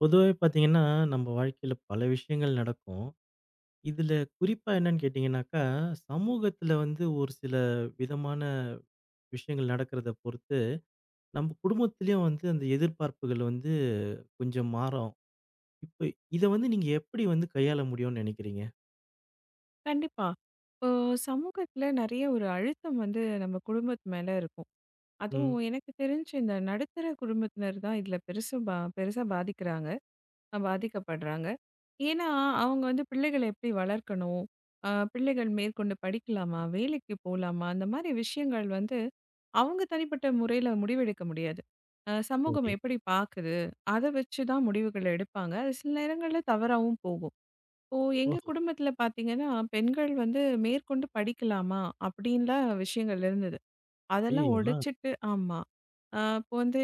பொதுவாவே பார்த்தீங்கன்னா, நம்ம வாழ்க்கையில பல விஷயங்கள் நடக்கும். இதுல குறிப்பா என்னன்னு கேட்டீங்கன்னாக்கா, சமூகத்துல வந்து ஒரு சில விதமான விஷயங்கள் நடக்கிறத பொறுத்து, நம்ம குடும்பத்திலயும் வந்து அந்த எதிர்பார்ப்புகள் வந்து கொஞ்சம் மாறும். இப்ப இத வந்து நீங்க எப்படி வந்து கையாள முடியும்னு நினைக்கிறீங்க? கண்டிப்பா. இப்போ சமூகத்துல நெறைய ஒரு அழுத்தம் வந்து நம்ம குடும்பத்து மேல இருக்கும். ம். அதுவும் எனக்கு தெரிஞ்சு இந்த நடுத்தர குடும்பத்தினர் தான் இதுல பெருசு பா பெருசா பாதிக்கிறாங்க, பாதிக்கப்படுறாங்க. ஏன்னா, அவங்க வந்து பிள்ளைகள எப்படி வளர்க்கணும்? பிள்ளைகள் மேற்கொண்டு படிக்கலாமா? வேலைக்கு போலாமா? அந்த மாரி விஷயங்கள் வந்து அவங்க தனிப்பட்ட முறையில முடிவெடுக்க முடியாது. சமூகம் சரி. எப்படி பாக்குது? அத வச்சு தான் முடிவுகள் எடுப்பாங்க. அது சில நேரங்கள்ல தவறாவும் போகும். இப்போ எங்க ஓஹோ! குடும்பத்துல பாத்தீங்கன்னா, பெண்கள் வந்து மேற்கொண்டு படிக்கலாமா? அப்படின்லாம் விஷயங்கள் இருந்தது. அதெல்லாம் ஐயய்யோ! ஆ உடைச்சிட்டு ஆமா. இப்போ வந்து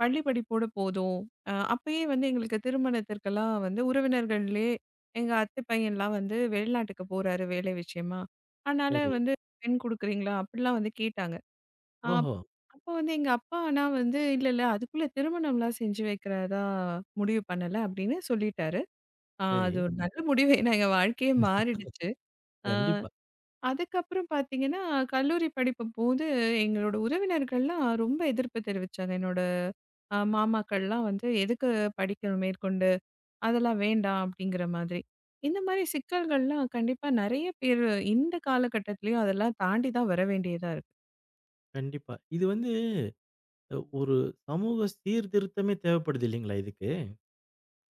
பள்ளி படிப்போட போதும். அப்பயே வந்து எங்களுக்கு திருமணத்திற்கெல்லாம் வந்து உறவினர்கள்லயே எங்க அத்தை பையன்லாம் வந்து வெளிநாட்டுக்கு போறாரு வேலை விஷயமா. அதனால சரி. வந்து பெண் குடுக்குறீங்களா? அப்படிலாம் வந்து கேட்டாங்க. அப் ஓஹோ! அப்ப வந்து எங்க அப்பா ஆனா வந்து இல்ல அதுக்குள்ள திருமணம்லாம் செஞ்சு வைக்கிறதா முடிவு பண்ணல அப்படின்னு சொல்லிட்டாரு. சரி. அது ஒரு நல்ல முடிவு. ஏன்னா எங்க வாழ்க்கையே மாறிடுச்சு. ஆ. கண்டிப்பா, அதுக்கப்புறம் பார்த்தீங்கன்னா, கல்லூரி படிக்கும்போது எங்களோட உறவினர்கள்லாம் ரொம்ப எதிர்ப்பு தெரிவிச்சாங்க. என்னோட மாமாக்கள்லாம் வந்து, "எதுக்கு படிக்கணும் மேற்கொண்டு? அதெல்லாம் வேண்டாம்." அப்படிங்கிற மாதிரி. இந்த மாரி சிக்கல்கள்லாம் கண்டிப்பா நெறைய பேர் இந்த காலகட்டத்திலயும் அதெல்லாம் தாண்டி தான் வர வேண்டியதா இருக்கு. கண்டிப்பா. இது வந்து ஒரு சமூக சீர்திருத்தமே தேவைப்படுது இல்லைங்களா இதுக்கு?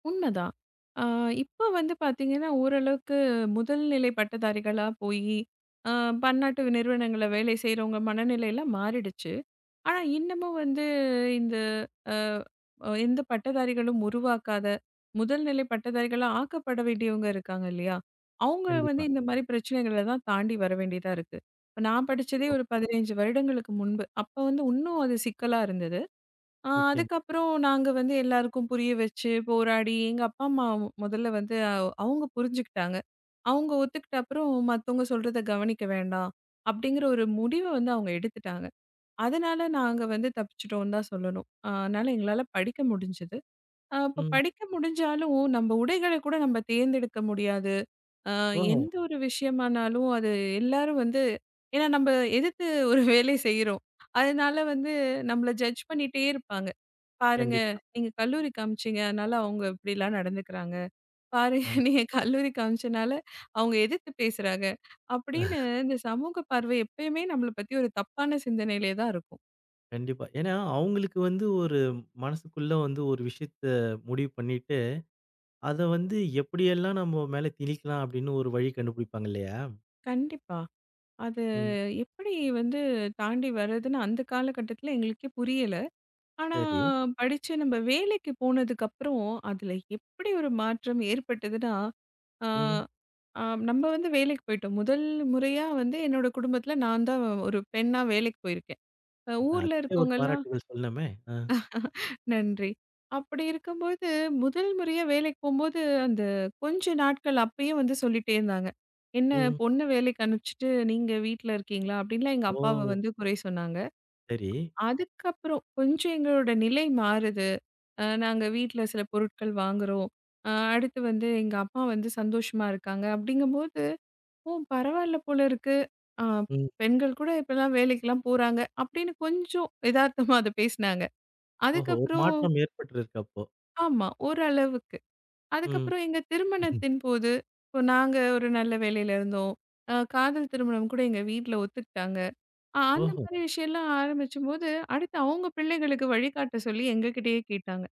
உண்மதான். ஆ இப்ப வந்து பார்த்தீங்கன்னா, ஓரளவுக்கு முதல்நிலை பட்டதாரிகளா போயி, அ பன்னாட்டு நிறுவனங்கள்ல வேலை செய்றவங்க மனநிலைலாம் மாறிடுச்சு. ஆனா, இன்னமும் வந்து இந்த அ அ எந்த பட்டதாரிகளும் உருவாக்காத, முதல் நிலை பட்டதாரிகளா ஆக்கப்பட வேண்டியவங்க இருக்காங்க இல்லையா? அவங்க வந்து கண்டிப்பா. இந்த மாரி பிரச்சனைகள தான் தாண்டி வர வேண்டியதா இருக்கு. இப்ப நான் படிச்சதே ஓ! ஒரு 15 வருடங்களுக்கு முன்பு. அப்ப வந்து இன்னும் அது சிக்கலா இருந்தது. நிச்சயமா. அதுக்கப்புறம் நாங்க வந்து எல்லாருக்கும் புரிய வச்சு, போராடி எங்க அப்பா, அம்மா முதல்ல வந்து அவங்க புரிஞ்சுக்கிட்டாங்க. அவங்க ஒத்துக்கிட்ட அப்புறம், மத்தவங்க சொல்றத கவனிக்க வேண்டாம், அப்படிங்கிற ஒரு முடிவ வந்து அவங்க எடுத்துட்டாங்க. அதனால நாங்க வந்து தப்பிச்சுட்டோம்னு தான் சொல்லணும். அதனால எங்களால படிக்க முடிஞ்சது. அப்ப ம். படிக்க முடிஞ்சாலும், நம்ம உடைகள கூட நம்ம தேர்ந்தெடுக்க முடியாது. அ ஓஹோ! எந்த ஒரு விஷயமானாலும் அது எல்லாரும் வந்து ஏன்னா நம்ம எதிர்த்து ஒரு வேலை செய்றோம். அதனால வந்து நம்மள ஜட்ஜ் பண்ணிட்டே இருப்பாங்க. "பாருங்க, கண்டிப்பா. நீங்க கல்லூரிக்கு அனுப்பிச்சீங்க. அதனால அவங்க இப்படிலாம் நடந்துக்கிறாங்க. பாருங்க, ஆ, நீங்க கல்லூரிக்கு அனுப்பிச்சனால அவங்க எதிர்த்து பேசுறாங்க." அப்படின்னு இந்த சமூக பார்வை எப்பயுமே நம்மள பத்தி ஒரு தப்பான சிந்தனையிலே தான் இருக்கும். கண்டிப்பா. ஏன்னா, அவங்களுக்கு வந்து ஒரு மனசுக்குள்ள வந்து ஒரு விஷயத்த முடிவு பண்ணிட்டு, அத வந்து எப்படியெல்லாம் நம்ம மேல திணிக்கலாம் அப்படின்னு ஒரு வழி கண்டுபிடிப்பாங்க இல்லையா? கண்டிப்பா. அது ம். எப்படி வந்து தாண்டி வர்றதுன்னு அந்த காலகட்டத்தில எங்களுக்கே புரியல. ஆனா சரி. படிச்சு நம்ம வேலைக்கு போனதுக்கப்புறம், அதில எப்படி ஒரு மாற்றம் ஏற்பட்டதுன்னா, ஆ ம். ஆ நம்ம வந்து வேலைக்கு போயிட்டோம். முதல் முறையா வந்து என்னோட குடும்பத்தில நான் தான் ஒரு பெண்ணா வேலைக்கு போயிருக்கேன். இல்ல, ஊர்ல அதுக்கே ஒரு இருக்கவங்கலாம் பாராட்டுகள் சொல்லணுமே. ஆ. நன்றி. அப்படி இருக்கும்போது, முதல் முறையா வேலைக்கு போம்போது, அந்த கொஞ்ச நாட்கள் அப்பயே வந்து சொல்லிட்டே இருந்தாங்க. "என்ன ம். பொண்ண வேலைக்கு அனுப்பிச்சுட்டு, நீங்க வீட்ல இருக்கீங்களா?" அப்படின்லாம் எங்க ஓ! அப்பாவ வந்து குறை சொன்னாங்க. சரி. அதுக்கப்புறம் கொஞ்சம் எங்களோட நிலை மாறுது. நாங்க வீட்ல சில பொருட்கள் வாங்குறோம். அடுத்து வந்து எங்க அம்மா வந்து சந்தோஷமா இருக்காங்க. அப்படிங்கும்போது, "ஓ! பரவாயில்ல போல இருக்கு. அ ம். பெண்கள் கூட இப்பலாம் வேலைக்கெல்லாம் போறாங்க." அப்படின்னு கொஞ்சம் எதார்த்தமா அத பேசினாங்க. ஓஹோ! ஒரு அதுக்கப்புறம் மாற்றம் ஏற்பட்டிருக்கு அப்போ. ஆமா. ஓரளவுக்கு. ம். அதுக்கப்புறம் எங்க திருமணத்தின் போது, இப்போ நாங்க ஒரு நல்ல வேலையில இருந்தோம். காதல் திருமணம் கூட எங்க வீட்ல ஒத்துக்கிட்டாங்க. அந்த ஓஹோ! மாரி விஷயம்லாம் ஆரம்பிச்சும்போது, அடுத்து அவங்க பிள்ளைகளுக்கு வழிகாட்ட சொல்லி எங்ககிட்டயே கேட்டாங்க.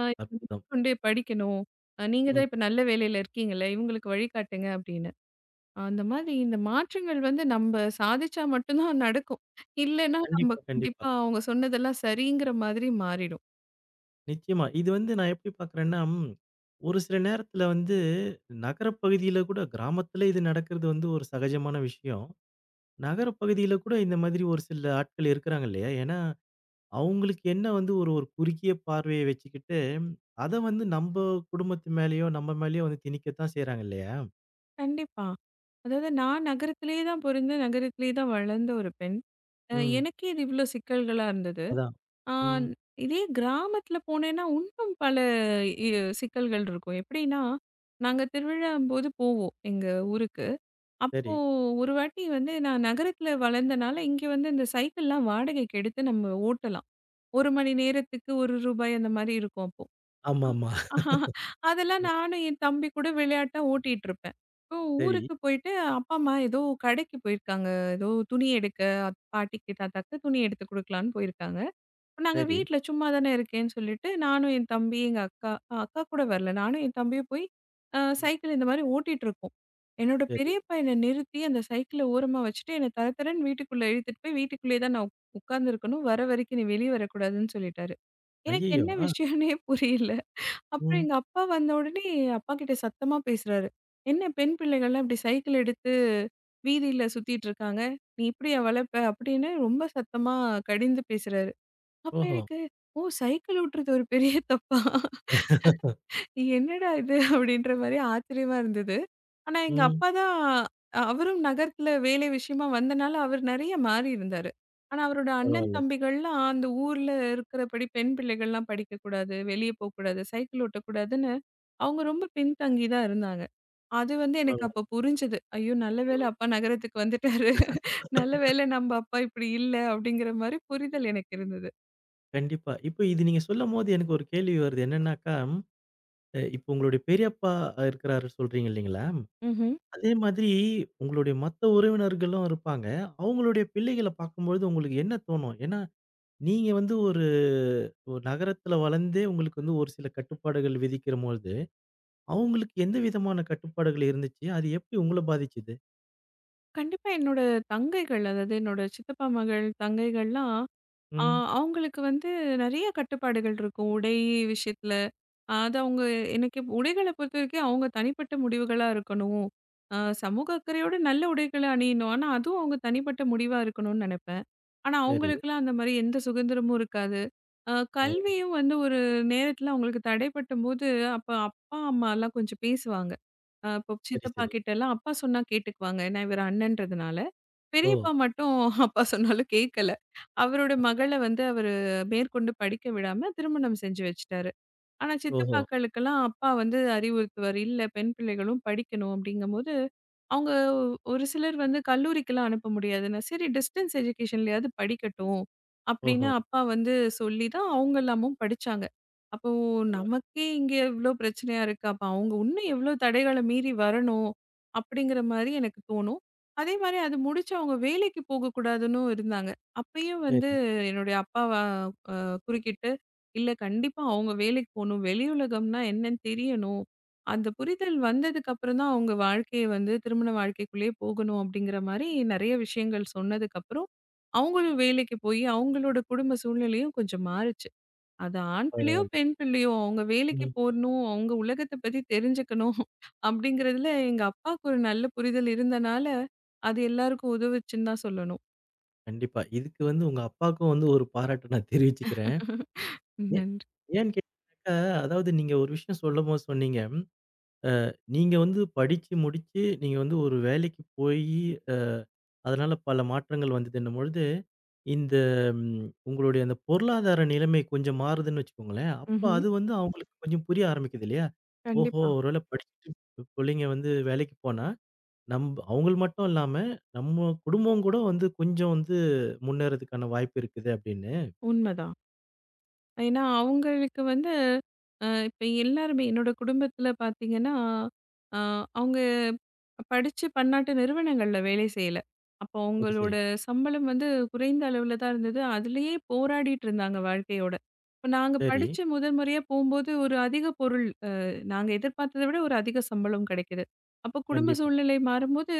அ அற்புதம். கொண்டு போய் படிக்கணும். நீங்க ம். தான் இப்ப நல்ல வேலையில இருக்கீங்கல்ல, இவங்களுக்கு வழிகாட்டுங்க அப்படின்னு. அந்த மாதிரி இந்த மாற்றங்கள் வந்து நம்ப சாதிச்சா மட்டும் தான் நடக்கும். இல்லன்னா, நம்ம கண்டிப்பா, கண்டிப்பா. கண்டிப்பா அவங்க சொன்னதெல்லாம் சரிங்கிற மாதிரி மாறிடும். நிச்சயமா. இது வந்து நான் எப்படி பார்க்குறேன்னா, ம் ஒரு சில நேரத்துல வந்து நகரப் பகுதியில கூட கிராமத்துல இது நடக்கிறது வந்து ஒரு சகஜமான விஷயம். நகரப் பகுதியில கூட இந்த மாதிரி ஒரு சில ஆட்கள் இருக்கிறாங்க இல்லையா? ஏன்னா, அவங்களுக்கு என்ன வந்து ஒரு ஒரு குறுகிய பார்வைய வச்சுக்கிட்டு, அத வந்து நம்ப குடும்பத்து மேலயோ, நம்ம மேலயோ வந்து திணிக்கத்தான் செய்றாங்க இல்லையா? கண்டிப்பா. அதாவது நான் நகரத்திலேயே தான் பொறந்து, நகரத்திலேயே தான் வளர்ந்த ஒரு பெண். ம். எனக்கே இது இவ்ளோ சிக்கல்களா இருந்தது. அதான். ஆ ம். இதே கிராமத்தில போனேன்னா, இன்னும் பல இ சிக்கல்கள் இருக்கும். எப்படின்னா, நாங்க திருவிழாம்போது போவோம், எங்க ஊருக்கு. அப்போ சரி. ஒரு வாட்டி வந்து நான் நகரத்தில வளர்ந்தனால, இங்க வந்து இந்த சைக்கிள்லாம் வாடகைக்கு எடுத்து நம்ம ஓட்டலாம். 1 மணி நேரத்துக்கு ரூ. 1 அந்த மாரி இருக்கும் அப்போ. ஆமாமா. அதெல்லாம் ம். நானும் என் தம்பி கூட விளையாட்டா ஓட்டிட்டு இருப்பேன். இப்போ சரி, ஊருக்கு போயிட்டு அப்பா, அம்மா ஏதோ கடைக்கு போயிருக்காங்க. ஏதோ துணி எடுக்க பாட்டிக்கு, தாத்தாக்கு துணி எடுத்து குடுக்கலான்னு போயிருக்காங்க. இப்ப நாங்க சரி. வீட்ல சும்மா தானே இருக்கேன்னு சொல்லிட்டு, நானும் என் தம்பி, எங்க அக்கா கூட வரல. நானும் என் தம்பியும் போய் ம். சைக்கிள் இந்த மாரி ஓட்டிட்டு இருக்கோம். என்னோட சரி. பெரியப்பா என்ன நிறுத்தி அந்த சைக்கிள ஓரமா வச்சுட்டு, என்ன தரதரன்னு வீட்டுக்குள்ள இழுத்துட்டு போய் வீட்டுக்குள்ளேயே தான் நான் உட்கார்ந்துருக்கணும். வர வரைக்கும் நீ வெளிய வரக்கூடாதுன்னு சொல்லிட்டாரு. எனக்கு ஐயய்யோ! என்ன ஆ. விஷயம்னே புரியல. அப்புறம் ம். எங்க அப்பா வந்த உடனே அப்பா கிட்ட சத்தமா பேசுறாரு. "என்ன பெண் பிள்ளைகள்லாம் இப்படி சைக்கிள் எடுத்து வீதியில சுத்திட்டு இருக்காங்க. நீ இப்படியா வளர்ப்ப?" அப்படின்னு ரொம்ப சத்தமா கடிந்து பேசுறாரு. அப்ப ஓஹோ! எனக்கு, "ஓ! சைக்கிள் ஓட்டுறது ஒரு பெரிய தப்பா? என்னடா இது?" அப்படின்ற மாரி ஆச்சரியமா இருந்தது. ஆனா எங்க ம். அப்பா தான் அவரும் நகரத்துல வேலை விஷயமா வந்தனால அவர் நிறைய மாறி இருந்தாரு. ஆனா அவரோட அண்ணன் பரவால்ல. தம்பிகள்லாம் அந்த ஊர்ல இருக்கிறபடி பெண் பிள்ளைகள்லாம் படிக்கக்கூடாது, வெளிய போக்கூடாது, சைக்கிள் ஓட்டக்கூடாதுன்னு அவங்க ரொம்ப பின்தங்கி தான் இருந்தாங்க. அது வந்து எனக்கு பரவால்ல. அப்ப புரிஞ்சது. ஐயோ! நல்ல வேளை ம். அப்பா நகரத்துக்கு வந்துட்டாரு. நல்ல வேளை நம்ம அப்பா இப்படி இல்ல அப்படிங்கிற மாரி புரிதல் எனக்கு இருந்தது. கண்டிப்பா. இப்ப இது நீங்க சொல்லும்போது எனக்கு ஒரு கேள்வி வருது. என்னன்னாக்கா, அ இப்ப உங்களுடைய பெரியப்பா இருக்கிறாரு சொல்றீங்க இல்லீங்களா? ம்ஹ்ம். அதே மாதிரி உங்களுடைய மத்த உறவினர்களும் இருப்பாங்க. அவங்களுடைய பிள்ளைகள பார்க்கும்பொழுது உங்களுக்கு என்ன தோணும்? ஏன்னா, நீங்க வந்து ஒரு ஒரு நகரத்துல வளர்ந்தே உங்களுக்கு வந்து ஒரு சில கட்டுப்பாடுகள் விதிக்கிறம்பொழுது, அவங்களுக்கு எந்த விதமான கட்டுப்பாடுகள் இருந்துச்சு? அது எப்படி உங்கள பாதிச்சது? கண்டிப்பா என்னோட தங்கைகள், அதாவது என்னோட சித்தப்பா மகள், தங்கைகள்லாம் ஆ ம். அவங்களுக்கு வந்து நெறைய கட்டுப்பாடுகள் இருக்கும். உடை விஷயத்துல. அது அவங்க எனக்கு உடைகள பொறுத்தவரைக்கும் அவங்க தனிப்பட்ட முடிவுகளா இருக்கணும். சமூக அக்கறையோட நல்ல உடைகள அணியணும். ஆனா அதுவும் அவங்க தனிப்பட்ட முடிவா இருக்கணும்னு நெனைப்பேன். ஆனா சரி. அவங்களுக்கெல்லாம் அந்த மாரி எந்த சுதந்திரமும் இருக்காது. ஓ! கல்வியும் வந்து ஒரு நேரத்துல அவங்களுக்கு தடைப்பட்டம்போது, அப்ப அப்பா, அம்மாலாம் கொஞ்சம் பேசுவாங்க. இப்போ சரி, சித்தப்பா சரி. கிட்டலாம் அப்பா சொன்னா கேட்டுக்குவாங்க. ஏன்னா இவர் அண்ணன்றதுனால. ஓ! பெரியப்பா மட்டும் அப்பா சொன்னாலும் கேட்கல. அவரோட அ மகள வந்து அவரு மேற்கொண்டு படிக்க விடாம திருமணம் செஞ்சு வச்சுட்டாரு. ஆனா ஓஹோ! சித்தப்பாக்களுக்கெல்லாம் அப்பா வந்து அறிவுறுத்துவார். இல்ல பெண் பிள்ளைகளும் படிக்கணும் அப்படிங்கும்போது, அவங்க ஒரு சிலர் வந்து கல்லூரிக்கெல்லாம் அனுப்ப முடியாதுன்னா, சரி டிஸ்டன்ஸ் எஜுகேஷன்லயாவது படிக்கட்டும் அப்படின்னு ஓஹோ! அப்பா வந்து சொல்லி தான் அவங்க எல்லாமும் படிச்சாங்க. அப்போ பரவால்ல. நமக்கே இங்க இவ்ளோ பிரச்சனையா இருக்கு. அப்ப அவங்க இன்னும் எவ்ளோ தடைகள மீறி வரணும் அப்படிங்கிற மாரி எனக்கு தோணும். அதே மாரி அது முடிச்சு அவங்க வேலைக்கு போகக்கூடாதுன்னும் இருந்தாங்க. அப்பயும் வந்து சரி. என்னுடைய அப்பா வ அ குறுக்கிட்டு இல்ல கண்டிப்பா அவங்க வேலைக்கு போணும். வெளி உலகம்னா என்னன்னு தெரியணும். அந்த புரிதல் வந்ததுக்கு அப்புறம் தான் அவங்க வாழ்க்கைய வந்து திருமண வாழ்க்கைக்குள்ளேயே போகணும் அப்படிங்கிற மாரி நெறைய விஷயங்கள் சொன்னதுக்கப்புறம், அவங்களும் வேலைக்கு போய் அவங்களோட குடும்ப சூழ்நிலையும் கொஞ்சம் மாறுச்சு. அது ஆண் பிள்ளையோ, பரவால்ல. பெண் பிள்ளையோ அவங்க வேலைக்கு ம். போணும், அவங்க உலகத்த பத்தி தெரிஞ்சுக்கணும் அப்படிங்கிறதுல எங்க அப்பாவுக்கு ஒரு நல்ல புரிதல் இருந்தனால, அது எல்லாருக்கும் உதவுச்சுன்னு தான் சொல்லணும். கண்டிப்பா. இதுக்கு வந்து உங்க அப்பாவுக்கும் வந்து ஒரு பாராட்ட நான் தெரிவிச்சுக்கிறேன். ஏன் நன்றி. ஏன்னு கேட்டீங்கனாக்கா, அதாவது நீங்க ஒரு விஷயம் சொல்லும்போது சொன்னீங்க. நீங்க வந்து படிச்சு முடிச்சு, நீங்க வந்து ஒரு வேலைக்கு போயி, அ அதனால பல மாற்றங்கள் வந்தது என்னும்பொழுது, இந்த உங்களுடைய அந்த பொருளாதார நிலைமை கொஞ்சம் மாறுதுன்னு வச்சுக்கோங்களேன். அப்ப ம்ஹ்ம். அது வந்து அவங்களுக்கு கொஞ்சம் புரிய ஆரம்பிக்குது இல்லையா? ஓஹோ! கண்டிப்பா. ஒருவேளை படிச்சுட்டு புள்ளைங்க வந்து வேலைக்கு போனா, நம்ப அவங்கள் மட்டும் இல்லாம, நம்ம குடும்பம் கூட வந்து கொஞ்சம் வந்து முன்னேறதுக்கான வாய்ப்பு இருக்குது அப்படின்னு. உண்மதான். ஏன்னா, அவங்களுக்கு வந்து இப்ப எல்லாருமே என்னோட குடும்பத்தில பார்த்தீங்கன்னா, அ அவங்க படிச்சு பன்னாட்டு நிறுவனங்கள்ல வேலை செய்யல. அப்போ சரி, சரி, அவங்களோட சம்பளம் வந்து குறைந்த அளவுல தான் இருந்தது. அதிலேயே போராடிட்டு இருந்தாங்க வாழ்க்கையோட. இப்ப நாங்க சரி. படிச்சு முதல் முறையா போம்போது ஒரு அதிக பொருள் நாங்க எதிர்பார்த்தத விட ஒரு அதிக சம்பளம் கிடைக்குது. அப்போ குடும்ப கண்டிப்பா. சூழ்நிலை மாறும்போது,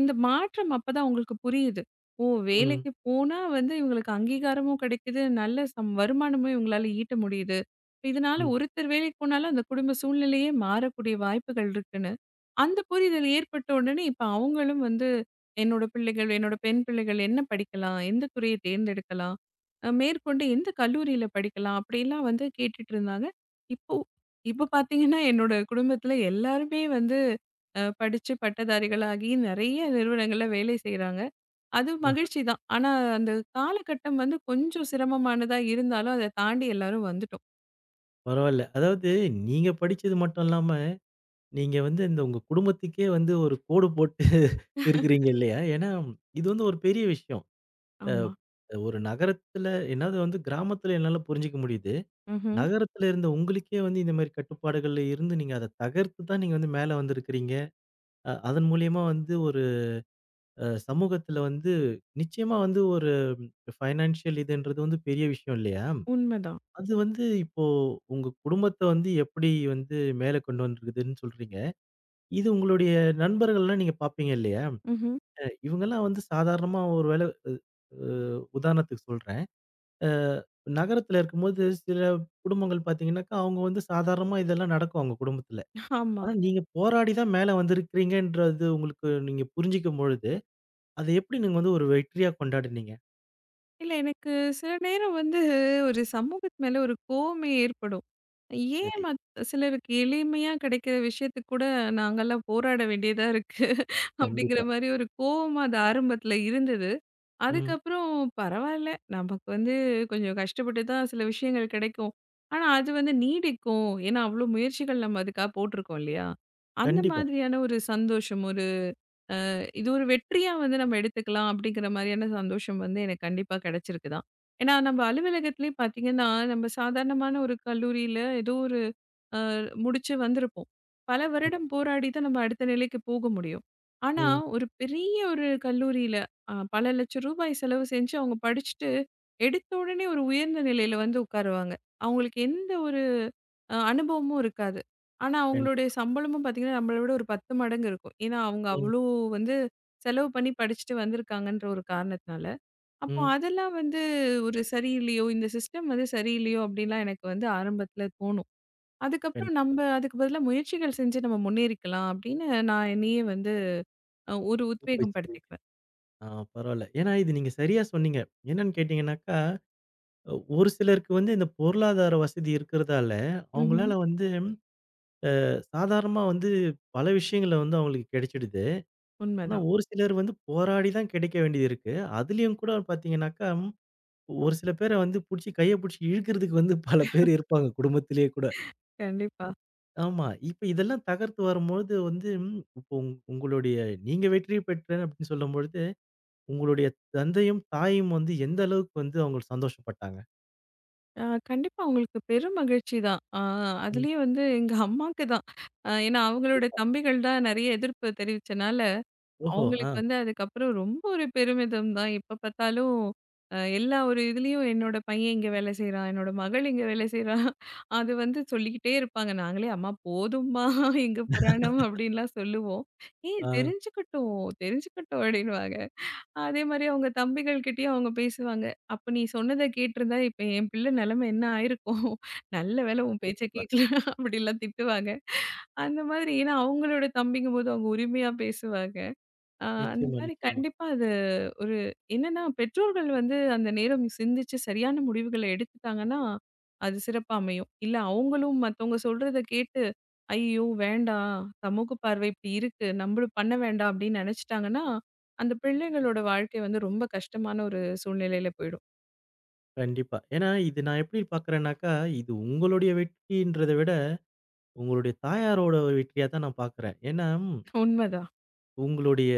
இந்த மாற்றம் அப்பதான் அவங்களுக்கு புரியுது. ஓ! ம், வேலைக்கு போனா வந்து இவங்களுக்கு அங்கீகாரமும் கிடைக்குது. நல்ல வருமானமும் இவங்களால ஈட்ட முடியுது. இப்ப இதனால ம். ஒருத்தர் வேலைக்கு போனாலும் அந்த குடும்ப சூழ்நிலையே மாறக்கூடிய வாய்ப்புகள் இருக்குன்னு. அந்த புரிதல் ஏற்பட்ட உடனே இப்ப அவங்களும் வந்து என்னோட பிள்ளைகள், என்னோட பெண் பிள்ளைகள் என்ன படிக்கலாம்? எந்த துறையை தேர்ந்தெடுக்கலாம்? மேற்கொண்டு எந்த கல்லூரியில படிக்கலாம்? அப்படிலாம் வந்து கேட்டுட்டு இருந்தாங்க. இப்போ இப்ப பார்த்தீங்கன்னா, என்னோட குடும்பத்தில எல்லாருமே வந்து படிச்சு பட்டதாரிகளாகி நெறைய நிறுவனங்கள்ல வேலை செய்றாங்க. அது அ மகிழ்ச்சி தான். ஆனா, அந்த காலகட்டம் வந்து கொஞ்சம் சிரமமானதா இருந்தாலும், அத தாண்டி எல்லாரும் வந்துட்டோம். பரவால்ல. அதாவது நீங்க படிச்சது மட்டும் இல்லாம நீங்க வந்து இந்த உங்க குடும்பத்துக்கே வந்து ஒரு கோடு போட்டு இருக்கிறீங்க இல்லையா? ஏன்னா, இது வந்து ஒரு பெரிய விஷயம். அ ஆமா. ஒரு நகரத்துல என்னாது வந்து கிராமத்துல என்னால புரிஞ்சுக்க முடியுது. ம்ஹ்ம். நகரத்துல இருந்த உங்களுக்கே வந்து இந்த மாரி கட்டுப்பாடுகள்ல இருந்து நீங்க அத தகர்த்து தான் நீங்க வந்து மேல வந்திருக்கிறீங்க. அ அதன் மூலியமா வந்து ஒரு அ சமூகத்துல வந்து நிச்சயமா வந்து ஒரு ஃபைனான்ஷியல் இதுன்றது வந்து பெரிய விஷயம் இல்லையா? உண்மதான். அது வந்து இப்போ உங்க குடும்பத்த வந்து எப்படி வந்து மேல கொண்டு வந்திருக்குதுன்னு சொல்றீங்க? இது உங்களுடைய நண்பர்கள்லாம் நீங்க பார்ப்பீங்க இல்லையா? ம்ஹ்ம். அ இவங்கலாம் வந்து சாதாரணமா ஒரு வேள அ அ உதாரணத்துக்கு சொல்றேன். அ நகரத்துல இருக்கும்போது சில குடும்பங்கள் பார்த்தீங்கன்னாக்கா, அவங்க வந்து சாதாரணமா இதெல்லாம் நடக்கும் அவங்க குடும்பத்துல. ஆமா. ஆனா நீங்க போராடி தான் மேல வந்திருக்கிறீங்கன்றது உங்களுக்கு நீங்க புரிஞ்சுக்கும் பொழுது, அத எப்படி நீங்க வந்து ஒரு வெற்றியா கொண்டாடுனீங்க? இல்ல எனக்கு சில நேரம் வந்து ஒரு சமூகத்து மேல ஒரு கோவமே ஏற்படும். ஏன் சரி. மத் சிலருக்கு எளிமையா கிடைக்கிற விஷயத்துக்கு கூட நாங்கலாம் போராட வேண்டியதா இருக்கு. அப்படிங்கிற கண்டிப்பா. மாரி ஒரு கோவமா அது ஆரம்பத்துல இருந்தது. ம். அதுக்கப்புறம் பரவால்ல. நமக்கு வந்து கொஞ்சம் கஷ்டப்பட்டு தான் சில விஷயங்கள் கிடைக்கும். ஆனா அது வந்து நீடிக்கும். ஏன்னா அவ்ளோ முயற்சிகள் நம்ம அதுக்காக போட்டுருக்கோம் இல்லையா? அந்த கண்டிப்பா. மாதிரியான ஒரு சந்தோஷம், ஒரு இது ஒரு வெற்றியா வந்து நம்ம எடுத்துக்கலாம் அப்படிங்கிற மாதிரியான சந்தோஷம் வந்து எனக்கு கண்டிப்பா கிடைச்சிருக்கு தான். ஏன்னா நம்ம அலுவலகத்திலே பார்த்தீங்கன்னா, நம்ம சாதாரணமான ஒரு கல்லூரியில ஏதோ ஒரு அ முடிச்சு வந்திருப்போம். பல ஆமா. வருடம் போராடி தான் நம்ம அடுத்த நிலைக்கு போக முடியும். ஆனா, ம். ஒரு பெரிய ஒரு கல்லூரியில பல ரூ. 1,00,000 செலவு செஞ்சு அவங்க படிச்சுட்டு, எடுத்த உடனே ஒரு உயர்ந்த நிலையில வந்து உட்காருவாங்க. அவங்களுக்கு எந்த ஒரு அனுபவமும் இருக்காது. ஆனா, அவங்களுடைய கண்டிப்பா. சம்பளமும் பார்த்தீங்கன்னா, நம்மள விட ஒரு 10 மடங்கு இருக்கும். ஏன்னா, அவங்க ம். அவ்ளோ வந்து செலவு பண்ணி படிச்சுட்டு வந்திருக்காங்கன்ற ஒரு காரணத்தினால. அப்போ ம். அதெல்லாம் வந்து ஒரு சரியில்லையோ, இந்த சிஸ்டம் வந்து சரியில்லையோ அப்படின்லாம் எனக்கு வந்து ஆரம்பத்தில தோணும். அதுக்கப்புறம் கண்டிப்பா. நம்ப அதுக்கு பதிலா முயற்சிகள் செஞ்சு நம்ம முன்னேறிக்கலாம் அப்படின்னு நான் என்னையே வந்து ஒரு ஊக்க உத்வேகம் வச்சுக்கிறீங்க. படுத்திக்குவேன். ஆ பரவால்ல. ஏன்னா இது நீங்க சரியா சொன்னீங்க. என்னன்னு கேட்டீங்கன்னாக்கா ஒரு சிலருக்கு வந்து இந்த பொருளாதார வசதி இருக்கிறதால, ம்ஹ்ம். அவங்களால வந்து சாதாரணமா வந்து பல விஷயங்கள வந்து அவங்களுக்கு கிடைச்சிடுது. ஆனா உண்மதான். ஒரு சிலர் வந்து போராடி தான் கிடைக்க வேண்டியது இருக்கு. அதுலயும் கூட பார்த்தீங்கன்னாக்கா, ஒரு சில பேர வந்து புடிச்சு கைய புடிச்சு இழுக்கிறதுக்கு வந்து பல பேர் இருப்பாங்க குடும்பத்திலேயே கூட. கண்டிப்பா. ஆமா. இப்ப இதெல்லாம் தகர்த்து வரும்பொழுது வந்து இப்போ உங்களுடைய நீங்க வெற்றி பெற்றேன் அப்படின்னு சொல்லும்பொழுது, உங்களுடைய தந்தையும், தாயும் வந்து எந்த அளவுக்கு வந்து அவங்க சந்தோஷப்பட்டாங்க? அ கண்டிப்பா உங்களுக்கு பெரும் மகிழ்ச்சி தான். ம். அதுலயும் வந்து எங்க அம்மாக்கு தான். ஏன்னா அவங்களோட தம்பிகள் தான் நெறைய எதிர்ப்பு தெரிவிச்சனால, ஓஹோ! அவங்களுக்கு ஆ, வந்து அதுக்கப்புறம் ரொம்ப ஒரு பெருமிதம் தான். எப்ப பார்த்தாலும் எல்லா ஒரு இதுலயும் என்னோட பையன் இங்க வேலை செய்றான். என்னோட மகள் இங்க வேலை செய்றா. அது வந்து சொல்லிக்கிட்டே இருப்பாங்க. நாங்களே அம்மா போதும்மா எங்க புராணம் அப்டின்லாம் சொல்லுவோம். ஏய் ஆ. தெரிஞ்சுக்கட்டும், தெரிஞ்சுக்கட்டும் அப்டின்னுவாங்க. அதே மாரி அவங்க தம்பிகள் கிட்டயும் அவங்க பேசுவாங்க. அப்ப நீ சொன்னத கேட்டிருந்தா இப்ப என் பிள்ளை நெலைமை என்ன ஆயிருக்கும்? நல்ல வேளை உன் பேச்ச கண்டிப்பா. கேட்கல அப்டிலாம் திட்டுவாங்க. அந்த மாதிரி ஏன்னா அவங்களோட தம்பிங்கும்போது அவங்க உரிமையா பேசுவாங்க. ஆ அந்த நிச்சயமா, மாரி நிச்சயமா. கண்டிப்பா அது ஒரு என்னன்னா, பெற்றோர்கள் வந்து அந்த நேரம் சிந்திச்சு சரியான முடிவுகள எடுத்துட்டாங்கன்னா, அது சிறப்பா அமையும். இல்ல அவங்களும் மத்தவங்க சொல்றத கேட்டு, "ஐயோ! வேண்டாம். சமூக பார்வை இப்டி இருக்கு. நம்மளும் பண்ண வேண்டாம்" அப்டின்னு நெனச்சுட்டாங்கன்னா, அந்த பிள்ளைகளோட வாழ்க்கை வந்து ரொம்ப கஷ்டமான ஒரு சூழ்நிலையில போயிடும். கண்டிப்பா. ஏன்னா இது நான் எப்படி பார்க்குறேன்னாக்கா, இது உங்களுடைய வெற்றின்றத விட, உங்களுடைய தாயாரோட வெற்றியா தான் நான் பார்க்குறேன். ஏன்னா, ம், உண்மதான். உங்களுடைய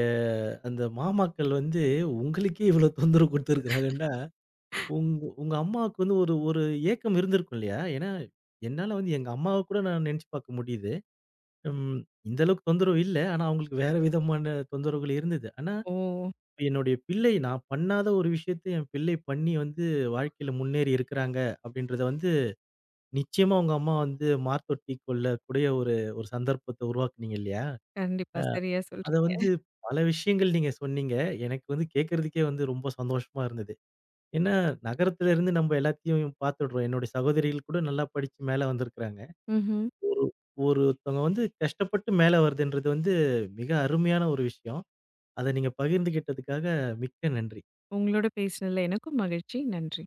அந்த மாமாக்கள் வந்து உங்களுக்கே இவ்வளோ தொந்தரவு குடுத்துருக்கிறாங்கன்னா, உங்க உங்க அம்மாவுக்கு வந்து ஒரு ஒரு ஏக்கம் இருந்திருக்கும் இல்லையா? ஏன்னா, என்னால வந்து எங்க அம்மாவ கூட நான் நெனச்சு பார்க்க முடியுது. ம். இந்த அளவுக்கு தொந்தரவு இல்ல. ஆனா, அவங்களுக்கு வேற விதமான தொந்தரவுகள் இருந்தது. ஆனா, ஓ! என்னுடைய பிள்ளை நான் பண்ணாத ஒரு விஷயத்த என் பிள்ளை பண்ணி வந்து வாழ்க்கையில முன்னேறி இருக்கிறாங்க, அப்படின்றத வந்து நிச்சயமா உங்க அம்மா வந்து மார்த்தொட்டி கொள்ளக்கூடிய ஒரு ஒரு சந்தர்ப்பத்த உருவாக்குனீங்க இல்லையா? கண்டிப்பா. சரியா அத வந்து சொல்றீங்க. பல விஷயங்கள் நீங்க சொன்னீங்க. எனக்கு வந்து கேட்கறதுக்கே வந்து ரொம்ப சந்தோஷமா இருந்தது. ஏன்னா, நகரத்துல இருந்து நம்ம எல்லாத்தையும் பார்த்துடுறோம். என்னுடைய சகோதரிகள் கூட நல்லா படிச்சு மேல வந்திருக்கிறாங்க. ம்ஹ்ம். ஒருத்தவங்க வந்து கஷ்டப்பட்டு மேல வருதுன்றது வந்து மிக அருமையான ஒரு விஷயம். அத நீங்க பகிர்ந்துகிட்டதுக்காக மிக்க நன்றி. உங்களோட பேசினதுல எனக்கும் மகிழ்ச்சி. நன்றி.